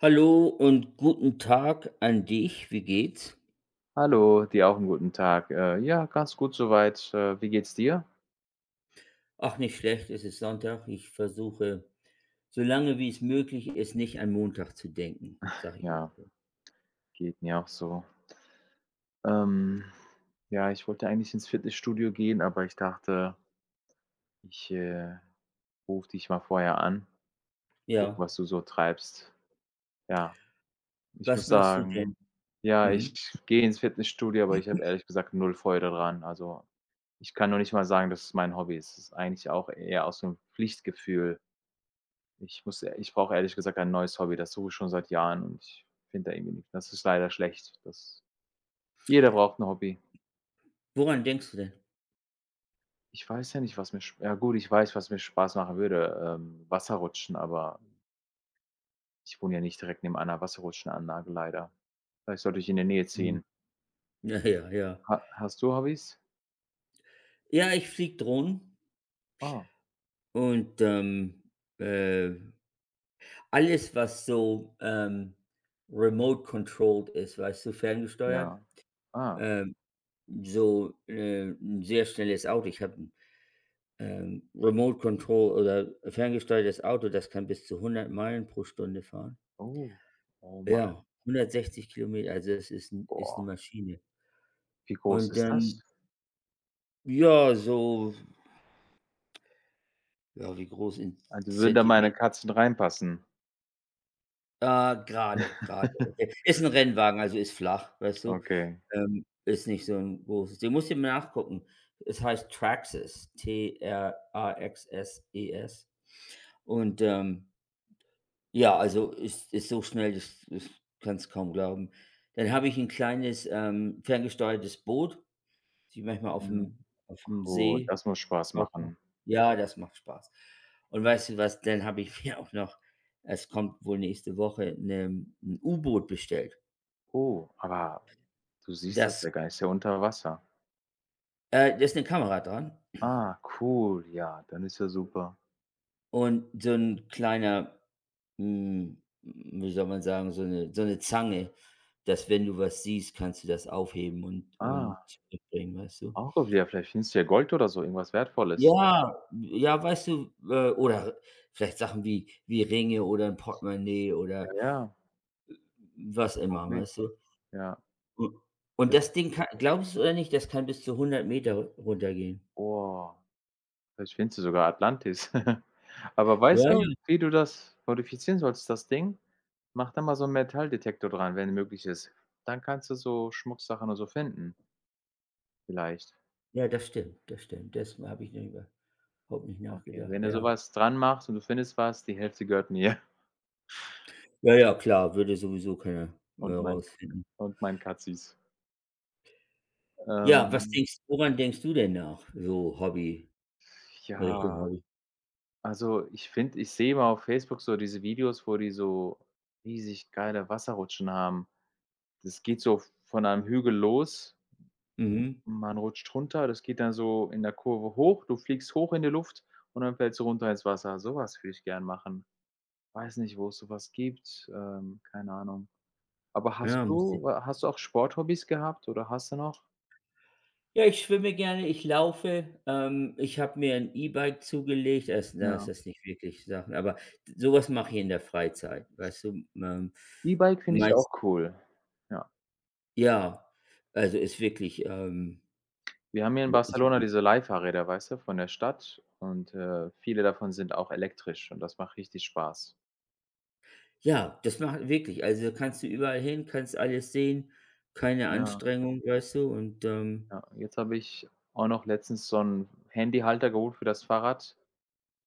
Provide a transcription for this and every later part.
Hallo und guten Tag an dich. Wie geht's? Hallo, dir auch einen guten Tag. Ja, ganz gut soweit. Wie geht's dir? Ach, nicht schlecht, es ist Sonntag. Ich versuche, so lange wie es möglich ist, nicht an Montag zu denken, sag ich mal Ja, so. geht mir auch so. Ähm, ja, ich wollte eigentlich ins Fitnessstudio gehen, aber ich dachte, ich, äh, rufe dich mal vorher an, gucke, Ja. was du so treibst. Ja, ich Was muss machst du denn? sagen, ja, ich Mhm. gehe ins Fitnessstudio, aber ich habe ehrlich gesagt null Freude dran. Also, ich kann noch nicht mal sagen, dass es mein Hobby ist. Es ist eigentlich auch eher aus so Pflichtgefühl. Ich muss e Ich brauche ehrlich gesagt ein neues Hobby. Das suche ich schon seit Jahren und ich finde da irgendwie nichts. Das ist leider schlecht. Das Jeder braucht ein Hobby. Woran denkst du denn? Ich weiß ja nicht, was mir sp Ja gut, ich weiß, was mir Spaß machen würde, Wasserrutschen, aber ich wohne ja nicht direkt neben einer Wasserrutschenanlage leider. Vielleicht sollte ich in der Nähe Mhm. ziehen. Ja, ja, ja. Ha Hast du Hobbys? Ja, ich fliege Drohnen Ah, und, äh, alles, was so, remote controlled ist, weißt du, ferngesteuert. ja. Ah, Ähm, so, 'n sehr schnelles Auto. Ich habe Remote Control oder ferngesteuertes Auto, das kann bis zu 100 Meilen pro Stunde fahren. oh. Oh mein. Ja, 160 Kilometer, also das ist 'ne Boah. Maschine. Wie groß Und ist dann, das? ja, so, ja, wie groß in Also, würden da meine Zentimeter? Katzen reinpassen? Ah, grade, grade, okay. Ist 'n Rennwagen, also ist flach, weißt du? Okay. Ist nicht so 'n großes Ding. Musst du mal nachgucken. Es heißt Traxxas, TRAXSES. Und, ja, also ist so schnell, das das kannst du kaum glauben. Dann habe ich ein kleines, ferngesteuertes Boot, die manchmal auf Ja, dem puh, See das muss Spaß ausmache. machen. Ja, das macht Spaß. Und weißt du was, dann habe ich mir auch noch, es kommt wohl nächste Woche 'ne 'n U-Boot bestellt. Oh, aber du siehst das, Das der Geist ja unter Wasser. Da ist 'ne Kamera dran Ah, cool, ja, dann ist ja super. und so ein kleiner, wie soll man sagen, so eine Zange, dass wenn du was siehst, kannst du das aufheben und Ah, mitbringen, weißt du? auch gut, ja, vielleicht findest du ja Gold oder so, irgendwas Wertvolles. Ja, ja, weißt du, oder vielleicht Sachen wie Ringe oder 'n Portemonnaie Ja, oder ja, was warum immer, weißt du? nicht? Ja, U Und das das Ding kann, glaubst du oder nicht, das kann bis zu 100 Meter ru runtergehen. Oh, vielleicht findest du sogar Atlantis. Aber weißt Ja, ja, du, wie du das modifizieren sollst, das Ding? Mach da mal so einen Metalldetektor dran, wenn möglich ist. Dann kannst du so Schmucksachen und so finden vielleicht. ja, das stimmt, das stimmt. Das habe ich nicht über überhaupt nicht Okay, nachgedacht, wenn du ja. sowas dran machst und du findest was, die Hälfte gehört mir. Ja, ja, klar, würde sowieso keiner, und mein. rausfinden. Und meinen Katzis. Ja, was Ähm, denkst woran denkst du denn nach, so Hobby in Richtung ja, Hobby? also, ich sehe immer auf Facebook so diese Videos, wo die so riesig geile Wasserrutschen haben. Das geht so von einem Hügel los, Mhm. man rutscht runter, das geht dann so in der Kurve hoch, du fliegst hoch in die Luft und dann fällst du runter ins Wasser. Sowas würde ich gern machen. Weiß nicht, wo es so was gibt, keine Ahnung. Aber Ja, müsste hast du auch Sporthobbys gehabt oder hast du noch? Ja, ich schwimme gerne, ich laufe. Ich habe mir ein E-Bike zugelegt. Das na, ist Ja. das ist nicht wirklich Sachen, aber sowas mache ich in der Freizeit, weißt du? E-Bike finde ich ja Meist auch cool. Ja. Ja, also, ist wirklich, Wir haben hier in ist Barcelona wirklich diese Leihfahrräder, weißt du, von der Stadt und, viele davon sind auch elektrisch und das macht richtig Spaß. ja, das macht wirklich. Also, kannst du überall hin, kannst alles sehen, keine Ja, Anstrengung, weißt du? Ja. Jetzt habe ich auch noch letztens so 'n Handyhalter geholt für das Fahrrad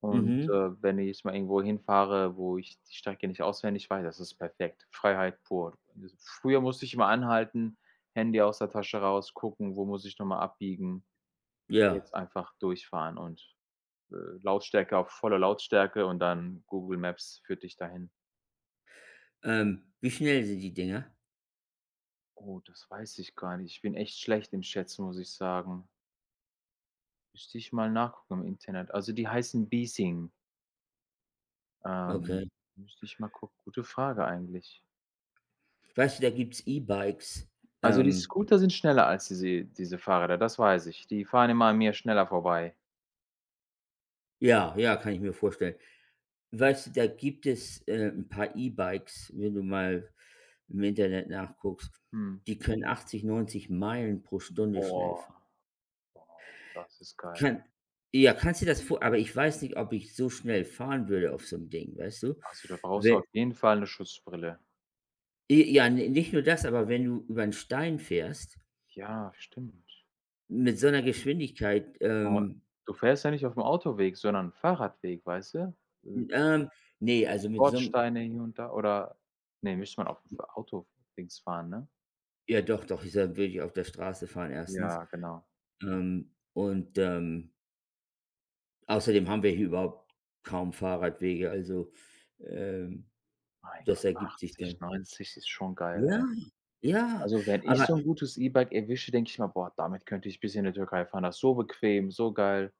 und, Mhm, wenn ich mal irgendwo hinfahre, wo ich die Strecke nicht auswendig weiß, das ist perfekt. Freiheit pur. Also, früher musste ich immer anhalten, Handy aus der Tasche raus, gucken, wo muss ich noch mal abbiegen. ja. Jetzt einfach durchfahren und, äh, Lautstärke auf volle Lautstärke und dann Google Maps führt dich dahin. Wie schnell sind die Dinger? Oh, das weiß ich gar nicht. Ich bin echt schlecht im Schätzen, muss ich sagen. Müsste ich mal nachgucken im Internet. Also, die heißen Biesing. Ähm, Okay. müsste ich mal gucken. Gute Frage eigentlich. Weißt du, da gibt's E-Bikes. Also, die Ähm, Scooter sind schneller als diese Fahrräder, das weiß ich. Die fahren immer an mir schneller vorbei. ja, ja, kann ich mir vorstellen. Weißt du, da gibt es, 'n paar E-Bikes, wenn du mal im Internet nachguckst, Mhm. die können 80 90 Meilen pro Stunde schnell Boah, f boah, das ist geil. kann ja, kannst du das vor aber ich weiß nicht, ob ich so schnell fahren würde auf so einem Ding, weißt du? Also, da brauchst du Wenn auf jeden Fall eine Schutzbrille. Ja, n nicht nur das, aber wenn du über einen Stein fährst Ja, stimmt. mit so einer Das Geschwindigkeit, und Du fährst ja nicht auf dem Autoweg, sondern Fahrradweg, weißt du? Äh ähm, ne, also mit so 'nem, Bordsteine hier und da oder ne, müsste man auf'm für Auto Dings fahren, ne? ja, doch, doch, ich sag, würde ich auf der Straße fahren erstens, Ja, genau. ähm, und, ähm Außerdem haben wir hier überhaupt kaum Fahrradwege, also, ähm, Mein das Gott, ergibt sich 80, dann. 90 ist schon geil, Ja, ey. ja, Also, wenn ich aber so 'n gutes E-Bike erwische, denke ich mir: „Boah, damit könnte ich bis in die Türkei fahren. Das ist so bequem, so geil.“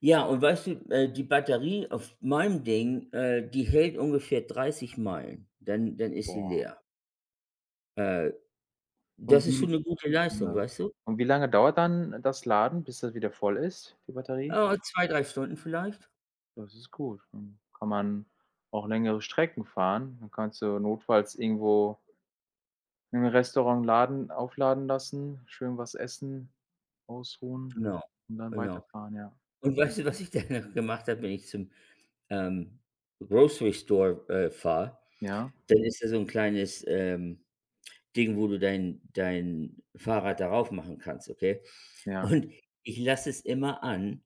ja, und weißt du, die Batterie auf meinem Ding, die hält ungefähr 30 Meilen, dann ist sie Boah. leer. Äh, Das Und ist schon wie 'ne gute Leistung, Ja. weißt du? Und wie lange dauert dann das Laden, bis das wieder voll ist, die Batterie? Ah, 2, 3 Stunden vielleicht? Das ist gut. Dann kann man auch längere Strecken fahren. Dann kannst du notfalls irgendwo im Restaurant laden aufladen lassen, schön was essen, ausruhen Genau, und dann genau. weiterfahren, ja. Und weißt du, was ich dann noch gemacht habe, wenn ich zum, ähm, Grocery Store, fahre, Ja, dann ist da so 'n kleines, Ding, wo du dein Fahrrad darauf machen kannst, okay? ja. Und ich lasse es immer an,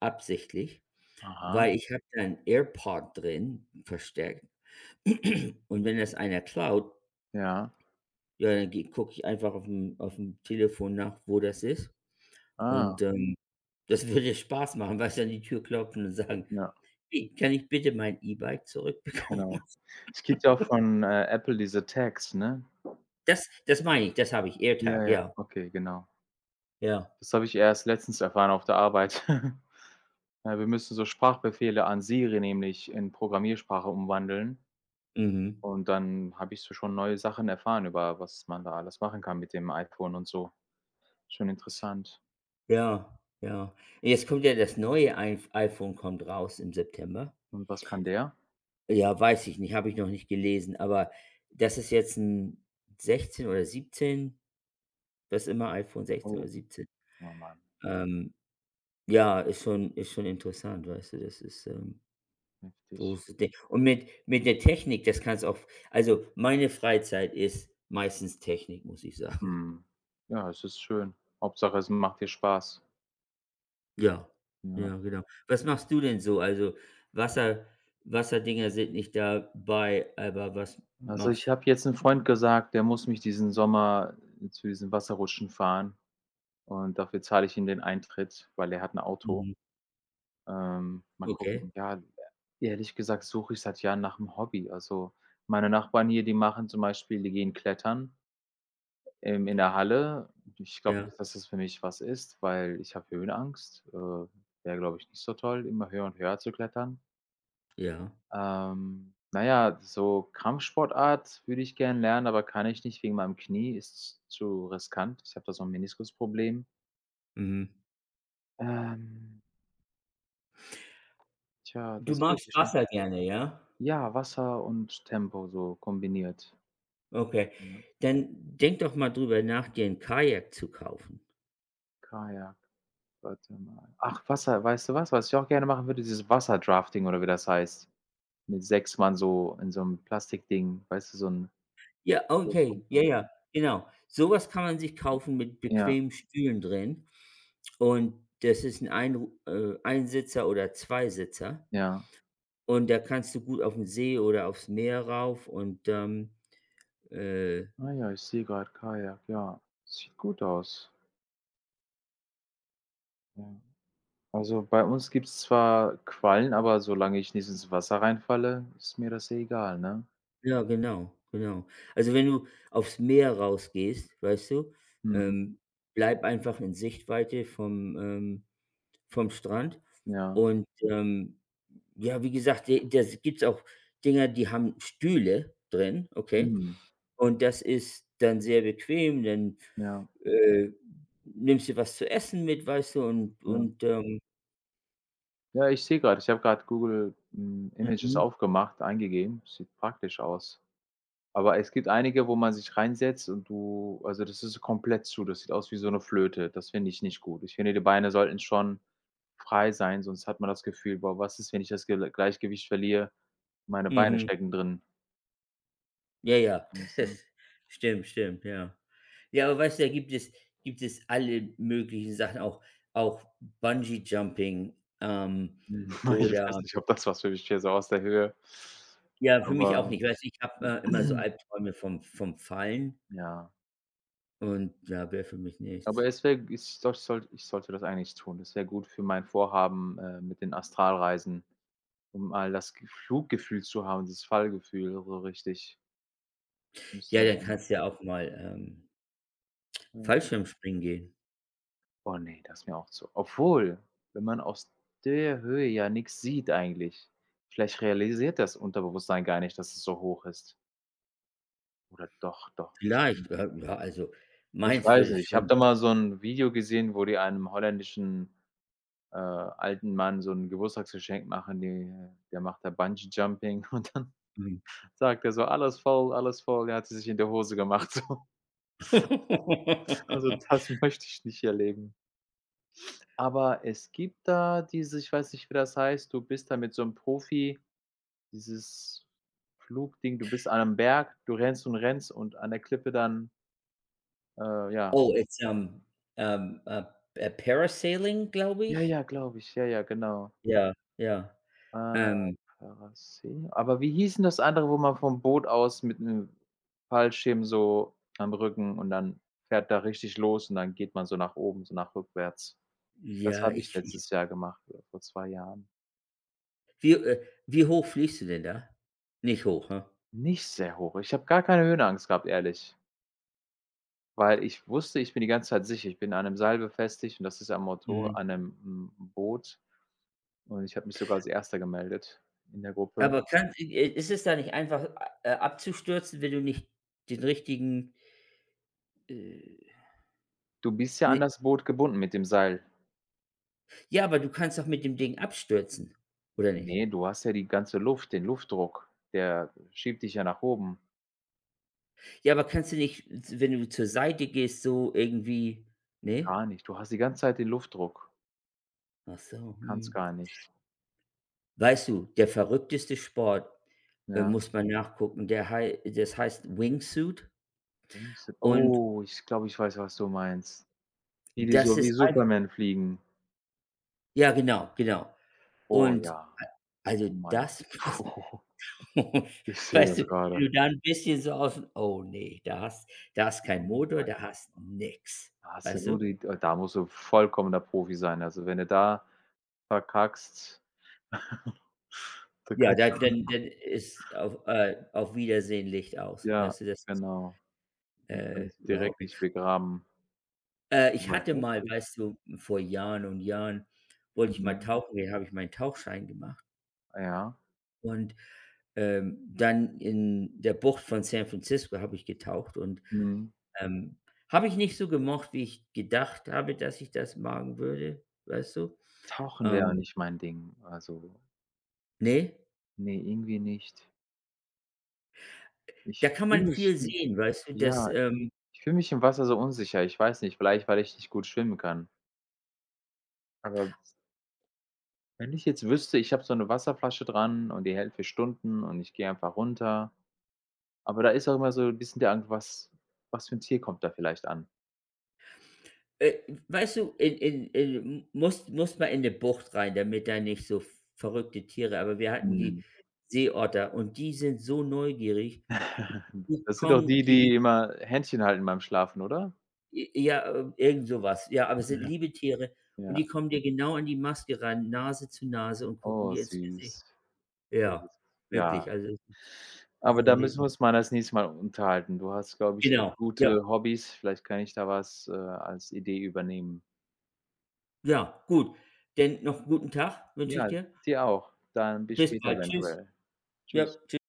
absichtlich, Aha, weil ich habe da ein AirPod drin, versteckt. Und wenn das einer klaut, ja. ja, dann gucke ich einfach auf dem Telefon nach, wo das ist. Ah, Und, ähm, Das würde Spaß machen, weil du, an die Tür klopfen und sagen: ja, „Hey, kann ich bitte mein E-Bike zurückbekommen?" genau. Es gibt ja auch von, Apple diese Tags, ne? Das meine ich, das habe ich, Ja, AirTag, ja, ja. okay, genau. Ja, Das habe ich erst letztens erfahren auf der Arbeit. Ja, wir müssen so Sprachbefehle an Siri nämlich in Programmiersprache umwandeln mhm. und dann habe ich so schon neue Sachen erfahren, über was man da alles machen kann mit dem iPhone und so. Schon interessant. Ja, ja. Jetzt kommt ja das neue Eif iPhone, kommt raus im September. Und was kann der? Ja, weiß ich nicht, habe ich noch nicht gelesen, aber das ist jetzt ein 16 oder 17, was immer, iPhone sechzehn oder Oh, siebzehn. oh Mann, Ähm, ja, ist schon interessant, weißt du? Das ist, heftig. großes Ding. Und mit der Technik, das kannst auch, also, meine Freizeit ist meistens Technik, muss ich sagen. Mhm. Ja, es ist schön. Hauptsache, es macht dir Spaß. Ja, Ja. ja, genau. Was machst du denn so? Also, Wasser Wasserdinger sind nicht dabei, aber was Also, ich machst habe jetzt 'nem Freund gesagt, der muss mich diesen Sommer zu diesen Wasserrutschen fahren und dafür zahle ich ihm den Eintritt, weil er hat 'n Auto. mhm, Mal okay, gucken. Ja, e ehrlich gesagt suche ich seit Jahren nach 'm Hobby. Also, meine Nachbarn hier, die machen zum Beispiel die gehen klettern, in der Halle. Ich glaube ja, nicht, dass das für mich was ist, weil ich habe Höhenangst. Wäre, glaube ich, nicht so toll, immer höher und höher zu klettern. ja, Na ja, so Kampfsportart würde ich gerne lernen, aber kann ich nicht wegen meinem Knie, ist zu riskant. Ich habe da so ein Meniskusproblem. mhm. Ähm, tja, Du das suche magst ich schon. Wasser gerne, ja? Ja, Wasser und Tempo so kombiniert, Okay. ne? Dann denk doch mal drüber nach, dir ein Kajak zu kaufen. Kajak, warte mal. Ach, Wasser, was ich auch gerne machen würde? Dieses Wasserdrafting oder wie das heißt. Mit 6 Mann so in so 'nem Plastikding, weißt du, so 'n Ja, okay, ja, ja, genau. Sowas kann man sich kaufen mit Ja, bequemen Stühlen drin und das ist ein Einru Einsitzer oder Zweisitzer. ja. Und da kannst du gut auf den See oder aufs Meer rauf und, äh Ah ja, ich sehe grad Kajak, ja. Sieht gut aus. Ja. Also, bei uns gibt's zwar Quallen, aber solange ich nicht ins Wasser reinfalle, ist mir das ja egal, ne? ja, genau, genau. Also, wenn du aufs Meer rausgehst, weißt du, Mhm. ähm, bleib einfach in Sichtweite vom, vom Strand Ja. und, ja, wie gesagt, de das gibt's auch Dinger, die haben Stühle drin, okay? Mhm. Und das ist dann sehr bequem, dann, Ja, äh, nimmst du was zu essen mit, weißt du, und ja. Ja, ich habe grad Google, hm, Images mhm, aufgemacht, eingegeben. Sieht praktisch aus. Aber es gibt einige, wo man sich reinsetzt und du also, das ist komplett zu. Das sieht aus wie so 'ne Flöte. Das finde ich nicht gut. Ich finde, die Beine sollten schon frei sein, sonst hat man das Gefühl: „Boah, was ist, wenn ich das Gele Gleichgewicht verliere? Meine Beine mhm. stecken drin.“ Ja, ja. Weißt du? Stimmt, stimmt, ja. Ja, aber weißt du, da gibt es alle möglichen Sachen, auch auch Bungee Jumping, Hm, ich oder weiß nicht, ob das was für mich wäre, so aus der Höhe. ja, für mich auch Aber nicht. Weißt du, ich habe, immer so Albträume vom Fallen ja, und ja, wäre für mich nichts. aber es wäre ich soll sollte ich sollte das eigentlich tun. Das wäre gut für mein Vorhaben, mit den Astralreisen, um mal das Ge Fluggefühl zu haben, dieses Fallgefühl so richtig. Müsste Ja, man dann eigentlich, kannst du ja auch mal, ja. Fallschirmspringen gehen. Oh ne, das ist mir auch zu, obwohl, wenn man aus der Höhe ja nix sieht eigentlich. Vielleicht realisiert das Unterbewusstsein gar nicht, dass es so hoch ist. Oder doch, doch, stimmt. Ja, also Ich meins weiß würde ich nicht, ich habe schon, da mal so 'n Video gesehen, wo die einem holländischen, alten Mann so 'n Geburtstagsgeschenk machen. Die Der macht da Bungee Jumping und dann mhm. sagt er so: „Alles voll, alles voll.“ Er hat sie sich in der Hose gemacht so. Also, das möchte ich nicht erleben. Aber es gibt da diese, ich weiß nicht, wie das heißt, du bist da mit so 'nem Profi, dieses Flugding, du bist an 'nem Berg, du rennst und rennst und an der Klippe dann, ja. Oh, it's, ähm, ähm, äh, Parasailing, glaube Ja, ich. ja, glaube ich. Ja, ja, genau. Ja, ja. Äh, Ähm, Parasegl, aber wie hieß 'n das andere, wo man vom Boot aus mit 'nem Fallschirm so am Rücken und dann fährt da richtig los und dann geht man so nach oben, so nach rückwärts. Das ja, habe ich Ich letztes Jahr gemacht oder vor 2 Jahren. Wie hoch fliegst du denn da? Nicht hoch, ne? Nicht sehr hoch. Ich habe gar keine Höhenangst gehabt, ehrlich. Weil ich wusste, ich bin die ganze Zeit sicher, ich bin an 'nem Seil befestigt und das ist am Motor Mhm. an 'nem, hm, Boot, und ich habe mich sogar als Erster gemeldet in der Gruppe. Aber kann i Ist es da nicht einfach, abzustürzen, wenn du nicht den richtigen, äh „Du bist ja ne, an das Boot gebunden mit dem Seil.“ ja, aber du kannst doch mit dem Ding abstürzen, oder nicht? „Ne, du hast ja die ganze Luft, den Luftdruck, der schiebt dich ja nach oben.“ Ja, aber kannst du nicht, z wenn du zur Seite gehst, so irgendwie, ne? „Gar nicht, du hast die ganze Zeit den Luftdruck, Ach so, kannst hm. gar nicht.“ Weißt du, der verrückteste Sport, Ja. muss man nachgucken, der hei das heißt Wingsuit und Oh, ich glaube, ich weiß, was du meinst. Die, die das so ist wie Superman fliegen. ja, genau, genau. Oh Und ja, a Also oh mein das muss Gott. Ich sehe weißt das du, wenn grade. du da 'n bisschen so aus: „Oh nee, da hast Oh kein mein Motor, da hast nix", Da hast du weißt nur du? die, da musst du vollkommener Profi sein. Also, wenn du da verkackst, da Ja, kannst da du, dann ist, auf Wiedersehen, Licht aus. ja, Weißt du, das ist, genau. Du kannst überhaupt direkt dich nicht, begraben. Ich Aber hatte mal, heftig. weißt du, vor Jahren und Jahren wollte ich mal Mhm. tauchen gehen, habe ich meinen Tauchschein gemacht Ja. und, dann in der Bucht von San Francisco habe ich getaucht und, Mhm. ähm, habe ich nicht so gemocht, wie ich gedacht habe, dass ich das magen würde, weißt du? Tauchen wäre ja Ähm, nicht mein Ding. Also, ne, nee, irgendwie nicht. da Ich kann fühle man mich, viel hm, sehen, weißt du, das, ja, ich fühle mich im Wasser so unsicher. Ich weiß nicht, vielleicht, weil ich nicht gut schwimmen kann. Aber wenn ich jetzt wüsste, ich habe so eine Wasserflasche dran und die hält für Stunden und ich gehe einfach runter. Aber da ist auch immer so 'n bisschen der Angst, was für 'n Tier kommt da vielleicht an? äh, weißt du, in musst mal in 'ne Bucht rein, damit da nicht so verrückte Tiere, aber wir hatten Mhm. die Seeotter und die sind so neugierig, die Das sind doch kommen die, die die immer Händchen halten beim Schlafen, oder? ja, irgend sowas. Ja, aber es sind liebe Tiere und die Ja. kommen dir genau an die Maske ran, Nase zu Nase und gucken Oh, dir ins Gesicht. süß. Ja, ja. wirklich. Also, es ist Aber 'n da müssen wir Erlebnis. uns mal das nächste Mal unterhalten. Du hast, glaube ich, echt Genau. Ja, gute Hobbys. Vielleicht kann ich da was, als Idee übernehmen. ja, gut. Denn noch 'n guten Tag wünsche ich Ja, dir. dir auch. Dann bis Bis später bald. Tschüss. eventuell. Ja, Tschüss. Tschüss.